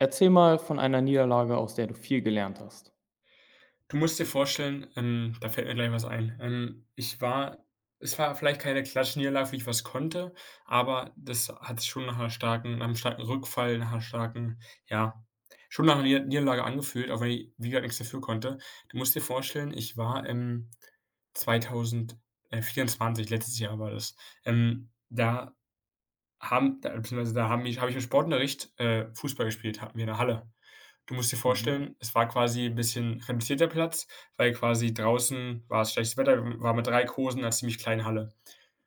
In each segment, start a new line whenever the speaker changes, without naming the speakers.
Erzähl mal von einer Niederlage, aus der du viel gelernt hast.
Du musst dir vorstellen, da fällt mir gleich was ein. Ich war Es war vielleicht keine Klatschniederlage, wie ich was konnte, aber das hat schon nach einem starken Rückfall, nach 'ner starken ja, schon nach einer Niederlage angefühlt, auch wenn ich, wie gesagt, nix dafür konnte. Du musst dir vorstellen, ich war, im 2000 äh, letztes Jahr war das, da haben da beziehungsweise da haben mich habe ich im Sportunterricht, Fußball gespielt, hatten wir in der Halle. Du musst dir
Mhm.
vorstellen, es war quasi ein bisschen reduzierter Platz, weil quasi draußen war es schlechtes Wetter. W war mit 3 Kosen 'ner ziemlich kleinen Halle.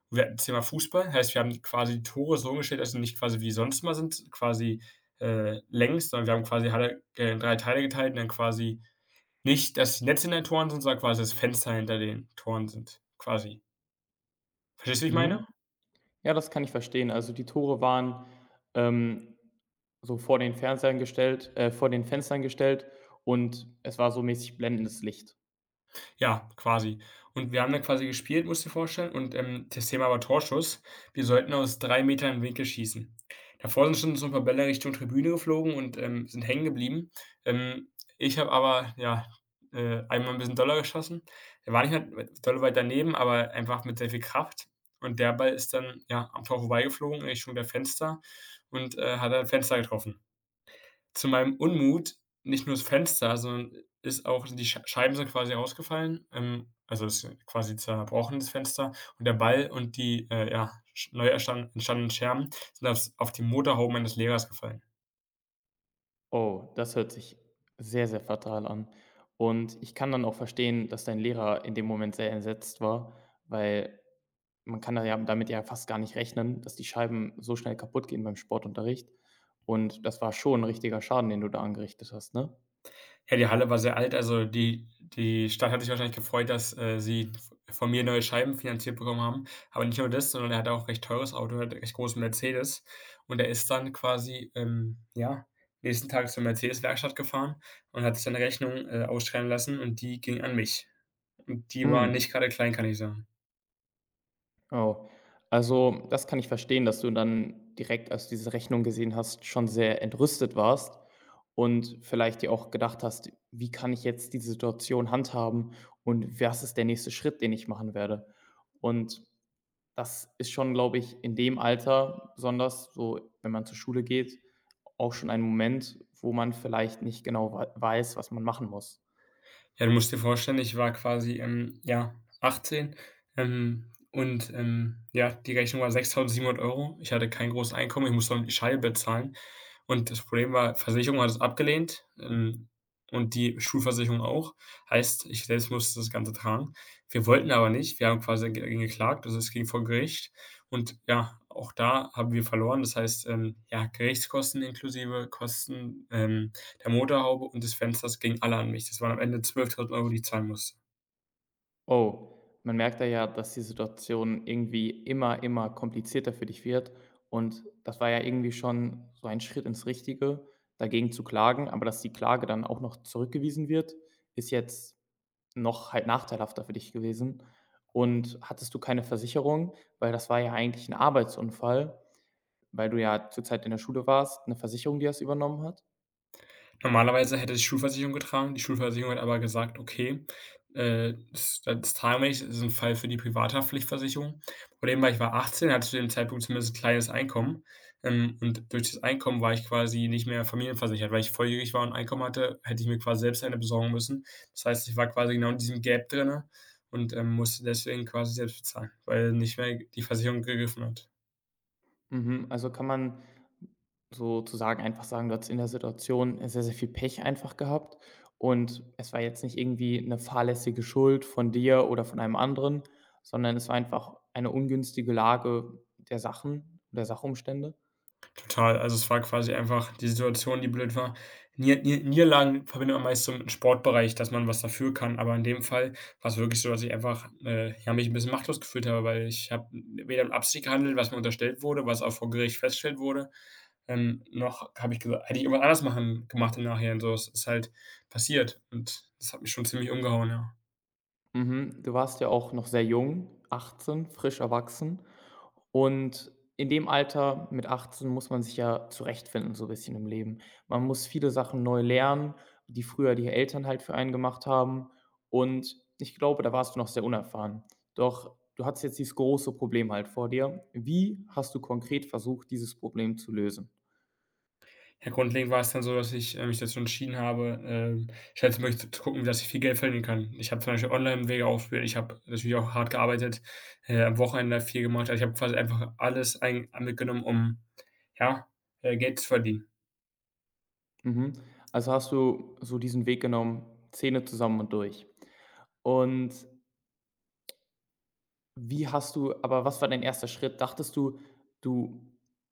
Und wir hatten Thema Fußball, heißt, wir haben quasi die Tore so umgestellt, dass sie nicht quasi wie sonst mal sind, quasi, längs, sondern wir haben quasi die Halle, in 3 Teile geteilt und dann quasi nicht, dass die Netze in den Toren sind, sondern quasi, das Fenster hinter den Toren sind, quasi. Verstehst du, wie ich
Mhm.
meine?
Ja, das kann ich verstehen. Also die Tore waren, ähm, so vor den Fenstern gestellt und es war so mäßig blendendes Licht.
Ja, quasi. Und wir haben dann quasi gespielt, musst du dir vorstellen. Und, das Thema war Torschuss. Wir sollten aus 3 m Winkel schießen. Davor sind schon so ein paar Bälle Richtung Tribüne geflogen und, sind hängen geblieben. Ähm, Ich habe aber, ja, einmal ein bisschen doller geschossen. Der war nicht mal dolle weit daneben, aber einfach mit sehr viel Kraft. Und der Ball ist dann, ja, am Tor vorbeigeflogen in Richtung der Fenster und, hat dann Fenster getroffen. Zu meinem Unmut nicht nur das Fenster, sondern ist auch die Scheiben sind quasi ausgefallen, also ist quasi zerbrochen, das Fenster. Und der Ball und die, ja, sch neu erstan entstandenen Scherben sind auf die Motorhaube meines Lehrers gefallen.
Oh, das hört sich sehr, sehr fatal an. Und ich kann dann auch verstehen, dass dein Lehrer in dem Moment sehr entsetzt war, weil man kann da ja damit ja fast gar nicht rechnen, dass die Scheiben so schnell kaputt gehen beim Sportunterricht. Und das war schon 'n richtiger Schaden, den du da angerichtet hast, ne?
Ja, die Halle war sehr alt, also die Stadt hat sich wahrscheinlich gefreut, dass, sie v von mir neue Scheiben finanziert bekommen haben. Aber nicht nur das, sondern er hat auch 'n recht teures Auto, er hatte 'n recht großen Mercedes. Und er ist dann quasi, ja, nächsten Tag zur Mercedes-Werkstatt gefahren und hat sich dann 'ne Rechnung, ausschreiben lassen und die ging an mich. Und die war
Hm,
nicht gerade klein, kann ich sagen.
oh. Also, das kann ich verstehen, dass du dann direkt, als du diese Rechnung gesehen hast, schon sehr entrüstet warst und vielleicht dir auch gedacht hast: „Wie kann ich jetzt die Situation handhaben und was ist der nächste Schritt, den ich machen werde?" Und das ist schon, glaube ich, in dem Alter besonders so, wenn man zur Schule geht, auch schon ein Moment, wo man vielleicht nicht genau weiß, was man machen muss.
Ja, du musst dir vorstellen, ich war quasi, ja, 18, und, ja, die Rechnung war 6.700 Euro. Ich hatte kein großes Einkommen, ich musste auch noch die Scheibe bezahlen. Und das Problem war, Versicherung hat es abgelehnt, und die Schulversicherung auch. Heißt, ich selbst musste das Ganze tragen. Wir wollten aber nicht. Wir haben quasi dagegen geklagt, also es ging vor Gericht. Und ja, auch da haben wir verloren. Das heißt, ja, Gerichtskosten inklusive Kosten, der Motorhaube und des Fensters gingen alle an mich. Das waren am Ende 12.000 Euro, die ich zahlen musste.
Oh, man merkt da ja, dass die Situation irgendwie immer komplizierter für dich wird. Und das war ja irgendwie schon so ein Schritt ins Richtige, dagegen zu klagen. Aber dass die Klage dann auch noch zurückgewiesen wird, ist jetzt noch halt nachteilhafter für dich gewesen. Und hattest du keine Versicherung, weil das war ja eigentlich ein Arbeitsunfall, weil du ja zur Zeit in der Schule warst, eine Versicherung, die das übernommen hat?
Normalerweise hätte es die Schulversicherung getragen. Die Schulversicherung hat aber gesagt: „Okay, das tragen wir nicht. Das ist ein Fall für die Privathaftpflichtversicherung.“ Problem war, ich war 18, hatte zu dem Zeitpunkt zumindest ein kleines Einkommen, und durch das Einkommen war ich quasi nicht mehr familienversichert. Weil ich volljährig war und Einkommen hatte, hätte ich mir quasi selbst eine besorgen müssen. Das heißt, ich war quasi genau in diesem Gap drinnen und, musste deswegen quasi selbst bezahlen, weil nicht mehr die Versicherung gegriffen hat.
Mhm, also kann man sozusagen einfach sagen, du hattest in der Situation sehr, sehr viel Pech einfach gehabt und es war jetzt nicht irgendwie eine fahrlässige Schuld von dir oder von einem anderen, sondern es war einfach eine ungünstige Lage der Sachen, der Sachumstände?
Total. Also, es war quasi einfach die Situation, die blöd war. Nier Nier Niederlagen verbindet man meist so mit dem Sportbereich, dass man was dafür kann, aber in dem Fall war's wirklich so, dass ich einfach, ja, mich 'n bisschen machtlos gefühlt habe, weil ich habe weder mit Absicht gehandelt, was mir unterstellt wurde, was auch vor Gericht festgestellt wurde, noch habe ich gesagt hätte ich irgendwas anders machen gemacht im Nachhinein so. Es ist halt passiert und das hat mich schon ziemlich umgehauen, ja.
Mhm. Du warst ja auch noch sehr jung, 18, frisch erwachsen. Und in dem Alter mit 18 muss man sich ja zurechtfinden, so 'n bisschen im Leben. Man muss viele Sachen neu lernen, die früher die Eltern halt für einen gemacht haben. Und ich glaube, da warst du noch sehr unerfahren. Doch du hattest jetzt dieses große Problem halt vor dir. Wie hast du konkret versucht, dieses Problem zu lösen?
Ja, grundlegend war es dann so, dass ich, mich dazu entschieden habe, ich hätte möchte zu gucken, dass ich viel Geld verdienen kann. Ich habe zum Beispiel Online-Wege ausprobiert, ich habe natürlich auch hart gearbeitet, am Wochenende viel gemacht. Also, ich habe quasi einfach alles ein mitgenommen, um, ja, Geld zu verdienen.
Mhm. Also hast du so diesen Weg genommen, Zähne zusammen und durch. Und Wie hast du aber was war dein erster Schritt? Dachtest du, du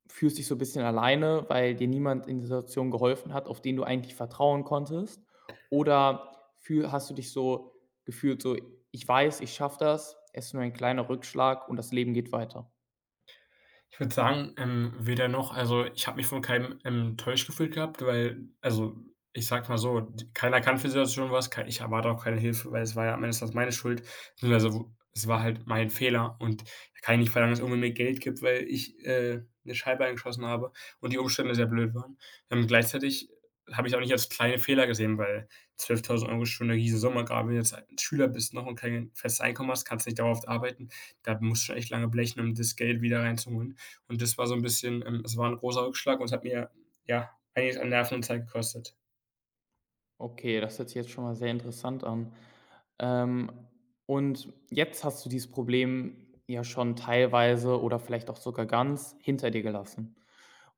fühlst dich so 'n bisschen alleine, weil dir niemand in der Situation geholfen hat, auf den du eigentlich vertrauen konntest? Oder fühl hast du dich so gefühlt so: „Ich weiß, ich schaffe das. Es ist nur ein kleiner Rückschlag und das Leben geht weiter?"
Ich würde sagen, weder noch. Also, ich habe mich von keinem enttäuscht gefühlt gehabt, weil also, ich sage mal so, d keiner kann für die Situation was, kei ich erwarte auch keine Hilfe, weil es war ja am Ende des Tages meine Schuld, beziehungsweise w es war halt mein Fehler und da kann ich nicht verlangen, dass irgendwer mir Geld gibt, weil ich, 'ne Scheibe eingeschossen habe und die Umstände sehr blöd waren. Gleichzeitig habe ich auch nicht als kleine Fehler gesehen, weil 12.000 Euro ist schon 'ne Summe. Gerade wenn du jetzt ein Schüler bist noch und kein festes Einkommen hast, kannst nicht dauerhaft arbeiten. Da musst du schon echt lange blechen, um das Geld wieder reinzuholen. Und das war so ein bisschen, es war ein großer Rückschlag und es hat mir ja einiges an Nerven und Zeit gekostet.
Okay, das hört sich jetzt schon mal sehr interessant an. Ähm, und jetzt hast du dieses Problem ja schon teilweise oder vielleicht auch sogar ganz hinter dir gelassen.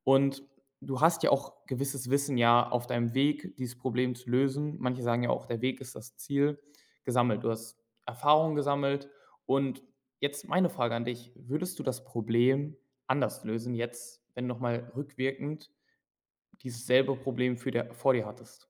Und du hast ja auch gewisses Wissen ja auf deinem Weg, dieses Problem zu lösen. Manche sagen ja auch, der Weg ist das Ziel, gesammelt. Du hast Erfahrung gesammelt. Und jetzt meine Frage an dich, würdest du das Problem anders lösen jetzt, wenn du nochmal rückwirkend dieses selbe Problem vor dir hattest?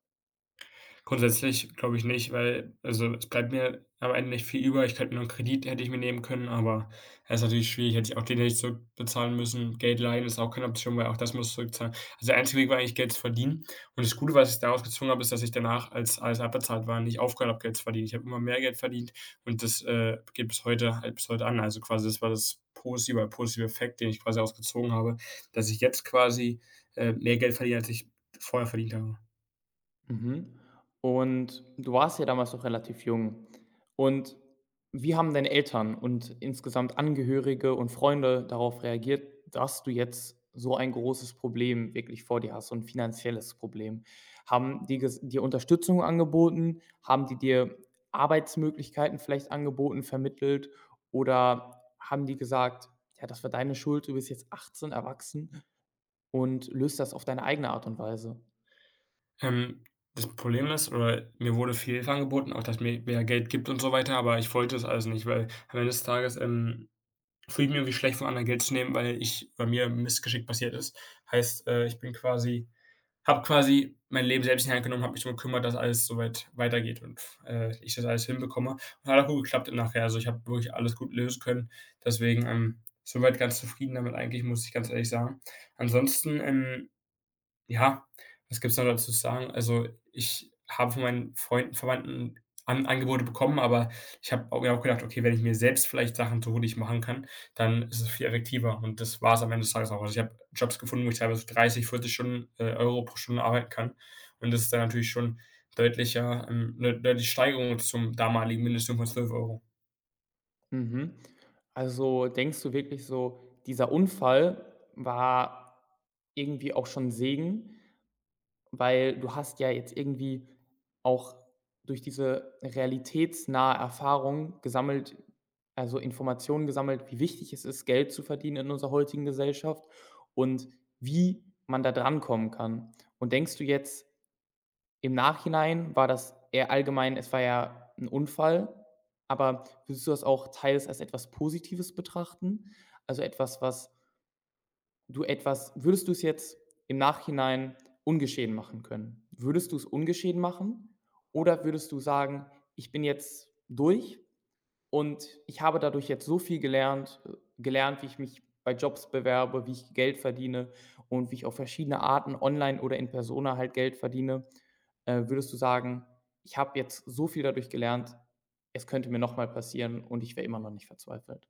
Grundsätzlich glaube ich nicht, weil also, es bleibt mir am Ende nicht viel über. Ich könnte mir nur 'n Kredit hätte ich mir nehmen können, aber das ist natürlich schwierig, hätte ich auch den hätte zurückbezahlen müssen. Geld leihen ist auch keine Option, weil auch das musst du zurückzahlen. Also, der einzige Weg war eigentlich Geld zu verdienen und das Gute, was ich daraus gezogen habe, ist, dass ich danach, als alles abbezahlt war, nicht aufgehört habe, Geld zu verdienen. Ich habe immer mehr Geld verdient und das, geht bis heute an. Also, quasi das war das positive Effekt, den ich quasi daraus gezogen habe, dass ich jetzt quasi, mehr Geld verdiene, als ich vorher verdient habe.
Mhm. Und du warst ja damals noch relativ jung. Und wie haben deine Eltern und insgesamt Angehörige und Freunde darauf reagiert, dass du jetzt so ein großes Problem wirklich vor dir hast, so 'n finanzielles Problem? Haben die ges dir Unterstützung angeboten? Haben die dir Arbeitsmöglichkeiten vielleicht angeboten, vermittelt? Oder haben die gesagt: „Ja, das war deine Schuld, du bist jetzt 18, erwachsen und löst das auf deine eigene Art und Weise?"
Ähm, Das Problem ist oder mir wurde viel angeboten, auch dass mir wer Geld gibt und so weiter, aber ich wollte das alles nicht, weil am Ende des Tages, fühle ich mich irgendwie schlecht, von anderen Geld zu nehmen, weil ich bei mir Missgeschick passiert ist. Heißt, ich bin quasi habe quasi mein Leben selbst in die Hand genommen, habe mich darum gekümmert, dass alles soweit weitergeht und, ich das alles hinbekomme. Und hat auch gut geklappt nachher. Also, ich habe wirklich alles gut lösen können. Deswegen, so ganz zufrieden damit eigentlich, muss ich ganz ehrlich sagen. Ansonsten, ja, was gibt's noch dazu zu sagen? Also, ich habe von meinen Freunden, Verwandten An Angebote bekommen, aber ich habe auch mir auch gedacht: „Okay, wenn ich mir selbst vielleicht Sachen tue, die ich machen kann, dann ist es viel effektiver.“ Und das war es am Ende des Tages auch. Also, ich habe Jobs gefunden, wo ich teilweise 30, 40 Stunden Euro pro Stunde arbeiten kann. Und das ist dann natürlich schon deutlicher 'ne deutliche Steigerung zum damaligen Mindestlohn von 12 Euro.
Mhm. Also, denkst du wirklich so, dieser Unfall war irgendwie auch schon Segen, weil du hast ja jetzt irgendwie auch durch diese realitätsnahe Erfahrung gesammelt, also, Informationen gesammelt, wie wichtig es ist, Geld zu verdienen in unserer heutigen Gesellschaft, und wie man da drankommen kann. Und denkst du jetzt im Nachhinein, war das eher allgemein, es war ja ein Unfall, aber würdest du das auch teils als etwas Positives betrachten? Also, etwas, was du etwas würdest du es jetzt im Nachhinein ungeschehen machen können? Würdest du es ungeschehen machen oder würdest du sagen: „Ich bin jetzt durch und ich habe dadurch jetzt so viel gelernt, wie ich mich bei Jobs bewerbe, wie ich Geld verdiene und wie ich auf verschiedene Arten online oder in Persona halt Geld verdiene. Würdest du sagen, ich habe jetzt so viel dadurch gelernt, es könnte mir nochmal passieren und ich wäre immer noch nicht verzweifelt?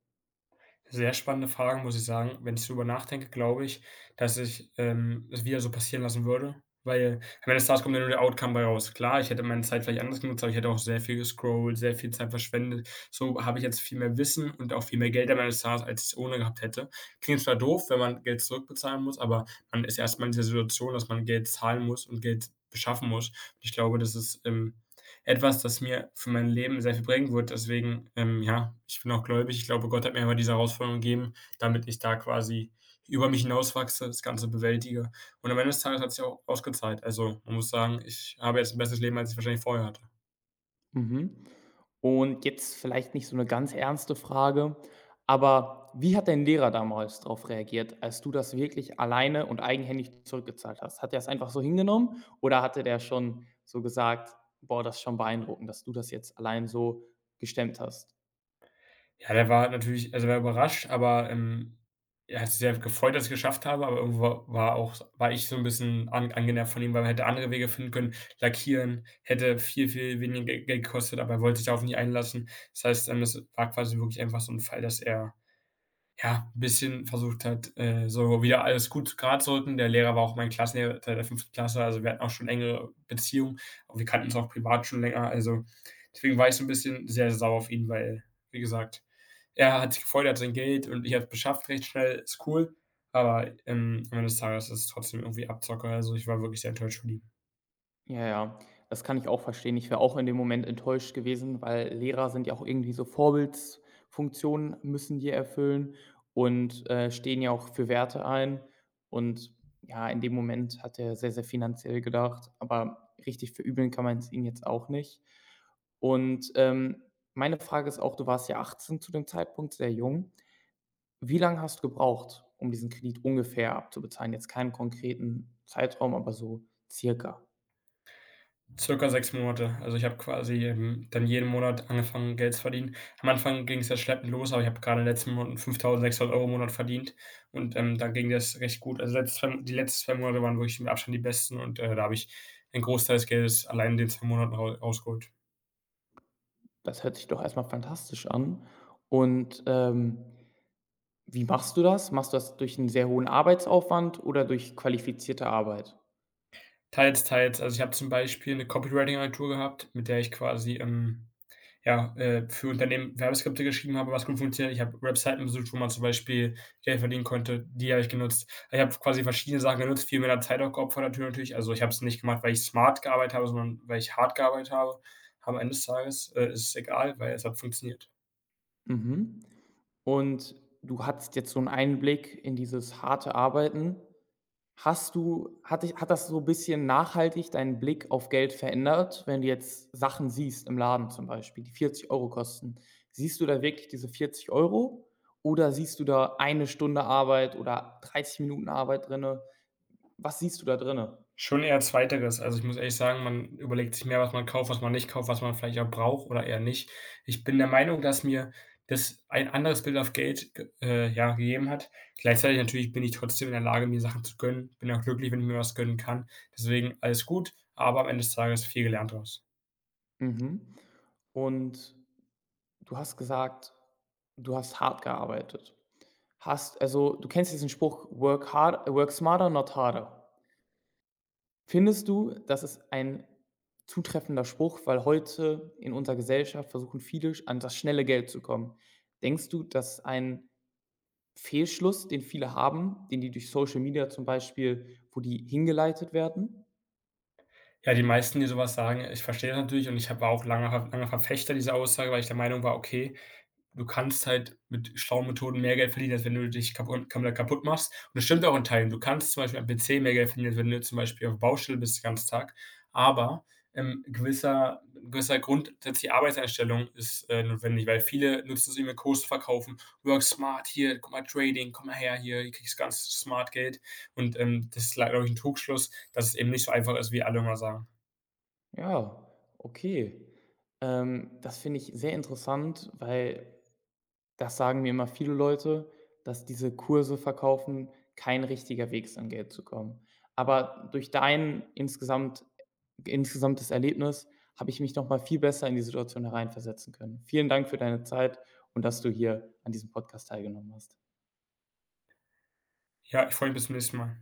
Sehr spannende Frage, muss ich sagen. Wenn ich darüber nachdenke, glaube ich, dass ich, es wieder so passieren lassen würde, weil am Ende des Tages kommt ja nur der Outcome bei raus. Klar, ich hätte meine Zeit vielleicht anders genutzt, aber ich hätte auch sehr viel gescrollt, sehr viel Zeit verschwendet. So habe ich jetzt viel mehr Wissen und auch viel mehr Geld am Ende des Tages, als ich's ohne gehabt hätte. Klingt zwar doof, wenn man Geld zurückbezahlen muss, aber man ist erstmal in dieser Situation, dass man Geld zahlen muss und Geld beschaffen muss. Ich glaube, das ist, etwas, das mir für mein Leben sehr viel bringen wird. Deswegen, ja, ich bin auch gläubig. Ich glaube, Gott hat mir immer diese Herausforderung gegeben, damit ich da quasi über mich hinauswachse, das Ganze bewältige. Und am Ende des Tages hat sich auch ausgezahlt. Also man muss sagen, ich habe jetzt ein besseres Leben, als ich wahrscheinlich vorher hatte.
Mhm. Und jetzt vielleicht nicht so eine ganz ernste Frage, aber wie hat dein Lehrer damals darauf reagiert, als du das wirklich alleine und eigenhändig zurückgezahlt hast? Hat er es einfach so hingenommen oder hatte der schon so gesagt: „Boah, das ist schon beeindruckend, dass du das jetzt allein so gestemmt hast?"
Ja, der war natürlich also, war überrascht, aber, er hat sich sehr gefreut, dass ich es geschafft habe, aber irgendwo wa war auch war ich so ein bisschen an angenervt von ihm, weil man hätte andere Wege finden können. Lackieren hätte viel, viel weniger Ge Geld gekostet, aber er wollte sich darauf nicht einlassen. Das heißt, es war quasi wirklich einfach so ein Fall, dass er, ja, ein bisschen versucht hat, so wieder alles gut gratzurücken. Der Lehrer war auch mein Klassenlehrer seit der fünften Klasse, also, wir hatten auch schon engere Beziehung und wir kannten uns auch privat schon länger. Also, deswegen war ich so ein bisschen sehr sauer auf ihn, weil, wie gesagt er hat sich gefreut, er hat sein Geld und ich habe es beschafft recht schnell, ist cool. Aber am Ende des Tages ist es trotzdem irgendwie Abzocke. Also ich war wirklich sehr enttäuscht von ihm.
Ja, ja, das kann ich auch verstehen. Ich wäre auch in dem Moment enttäuscht gewesen, weil Lehrer sind ja auch irgendwie so, Vorbildsfunktionen müssen die erfüllen und, stehen ja auch für Werte ein. Und ja, in dem Moment hat er sehr, sehr finanziell gedacht, aber richtig verübeln kann man es ihnen jetzt auch nicht. Und, meine Frage ist auch, du warst ja 18 zu dem Zeitpunkt, sehr jung. Wie lange hast du gebraucht, um diesen Kredit ungefähr abzubezahlen? Jetzt keinen konkreten Zeitraum, aber so circa.
Circa 6 Monate. Also ich habe quasi dann jeden Monat angefangen, Geld zu verdienen. Am Anfang ging es ja schleppend los, aber ich habe gerade in den letzten Monaten 5.600 Euro im Monat verdient. Und da ging das recht gut. Also die letzten 2 Monate waren wirklich mit Abstand die besten. Und da habe ich einen Großteil des Geldes allein in den 2 Monaten rausgeholt.
Das hört sich doch erstmal fantastisch an. Und, wie machst du das? Machst du das durch einen sehr hohen Arbeitsaufwand oder durch qualifizierte Arbeit?
Teils, teils. Also ich habe zum Beispiel eine Copywriting-Agentur gehabt, mit der ich quasi. Ja, für Unternehmen Werbeskripte geschrieben habe, was gut funktioniert. Ich habe Webseiten besucht, wo man zum Beispiel Geld verdienen konnte. Die habe ich genutzt. Ich habe quasi verschiedene Sachen genutzt, viel mehr Zeit auch geopfert natürlich. Also ich habe es nicht gemacht, weil ich smart gearbeitet habe, sondern weil ich hart gearbeitet habe. Am Ende des Tages ist es egal, weil es hat funktioniert.
Mhm. Und du hattest jetzt so einen Einblick in dieses harte Arbeiten. Hast du hat dich hat das so ein bisschen nachhaltig deinen Blick auf Geld verändert, wenn du jetzt Sachen siehst im Laden zum Beispiel, die 40 Euro kosten? Siehst du da wirklich diese 40 Euro oder siehst du da eine Stunde Arbeit oder 30 Minuten Arbeit drin? Was siehst du da drinne?
Schon eher zweiteres. Also, ich muss ehrlich sagen, man überlegt sich mehr, was man kauft, was man nicht kauft, was man vielleicht auch braucht oder eher nicht. Ich bin der Meinung, dass mir das ein anderes Bild auf Geld ge ja, gegeben hat. Gleichzeitig natürlich bin ich trotzdem in der Lage, mir Sachen zu gönnen. Bin auch glücklich, wenn ich mir was gönnen kann. Deswegen alles gut, aber am Ende des Tages viel gelernt draus.
Mhm. Und du hast gesagt, du hast hart gearbeitet. Du kennst diesen Spruch: „Work hard, work smarter, not harder." Findest du, das ist ein zutreffender Spruch, weil heute in unserer Gesellschaft versuchen viele, an das schnelle Geld zu kommen. Denkst du, dass ein Fehlschluss, den viele haben, den die durch Social Media zum Beispiel, wo die hingeleitet werden?
Ja, die meisten, die sowas sagen ich verstehe das natürlich und ich hab war auch lange Verfechter dieser Aussage, weil ich der Meinung war: „Okay, du kannst halt mit schlauen Methoden mehr Geld verdienen, als wenn du dich kaputt machst. Und das stimmt auch in Teilen. Du kannst zum Beispiel am PC mehr Geld verdienen, als wenn du zum Beispiel auf Baustelle bist den ganzen Tag. Aber gewisser grundsätzliche Arbeitseinstellung ist notwendig, weil viele nutzen es immer Kurs zu verkaufen. Work smart hier, guck mal Trading, komm mal her hier, du kriegst ganz smart Geld. Und das ist, glaube ich, ein Trugschluss, dass es eben nicht so einfach ist, wie alle immer sagen.
Ja, okay. Das finde ich sehr interessant, weil das sagen mir immer viele Leute, dass diese Kurse verkaufen kein richtiger Weg ist, an Geld zu kommen. Aber durch dein insgesamtes Erlebnis habe ich mich noch mal viel besser in die Situation hereinversetzen können. Vielen Dank für deine Zeit und dass du hier an diesem Podcast teilgenommen hast.
Ja, ich freue mich bis zum nächsten Mal.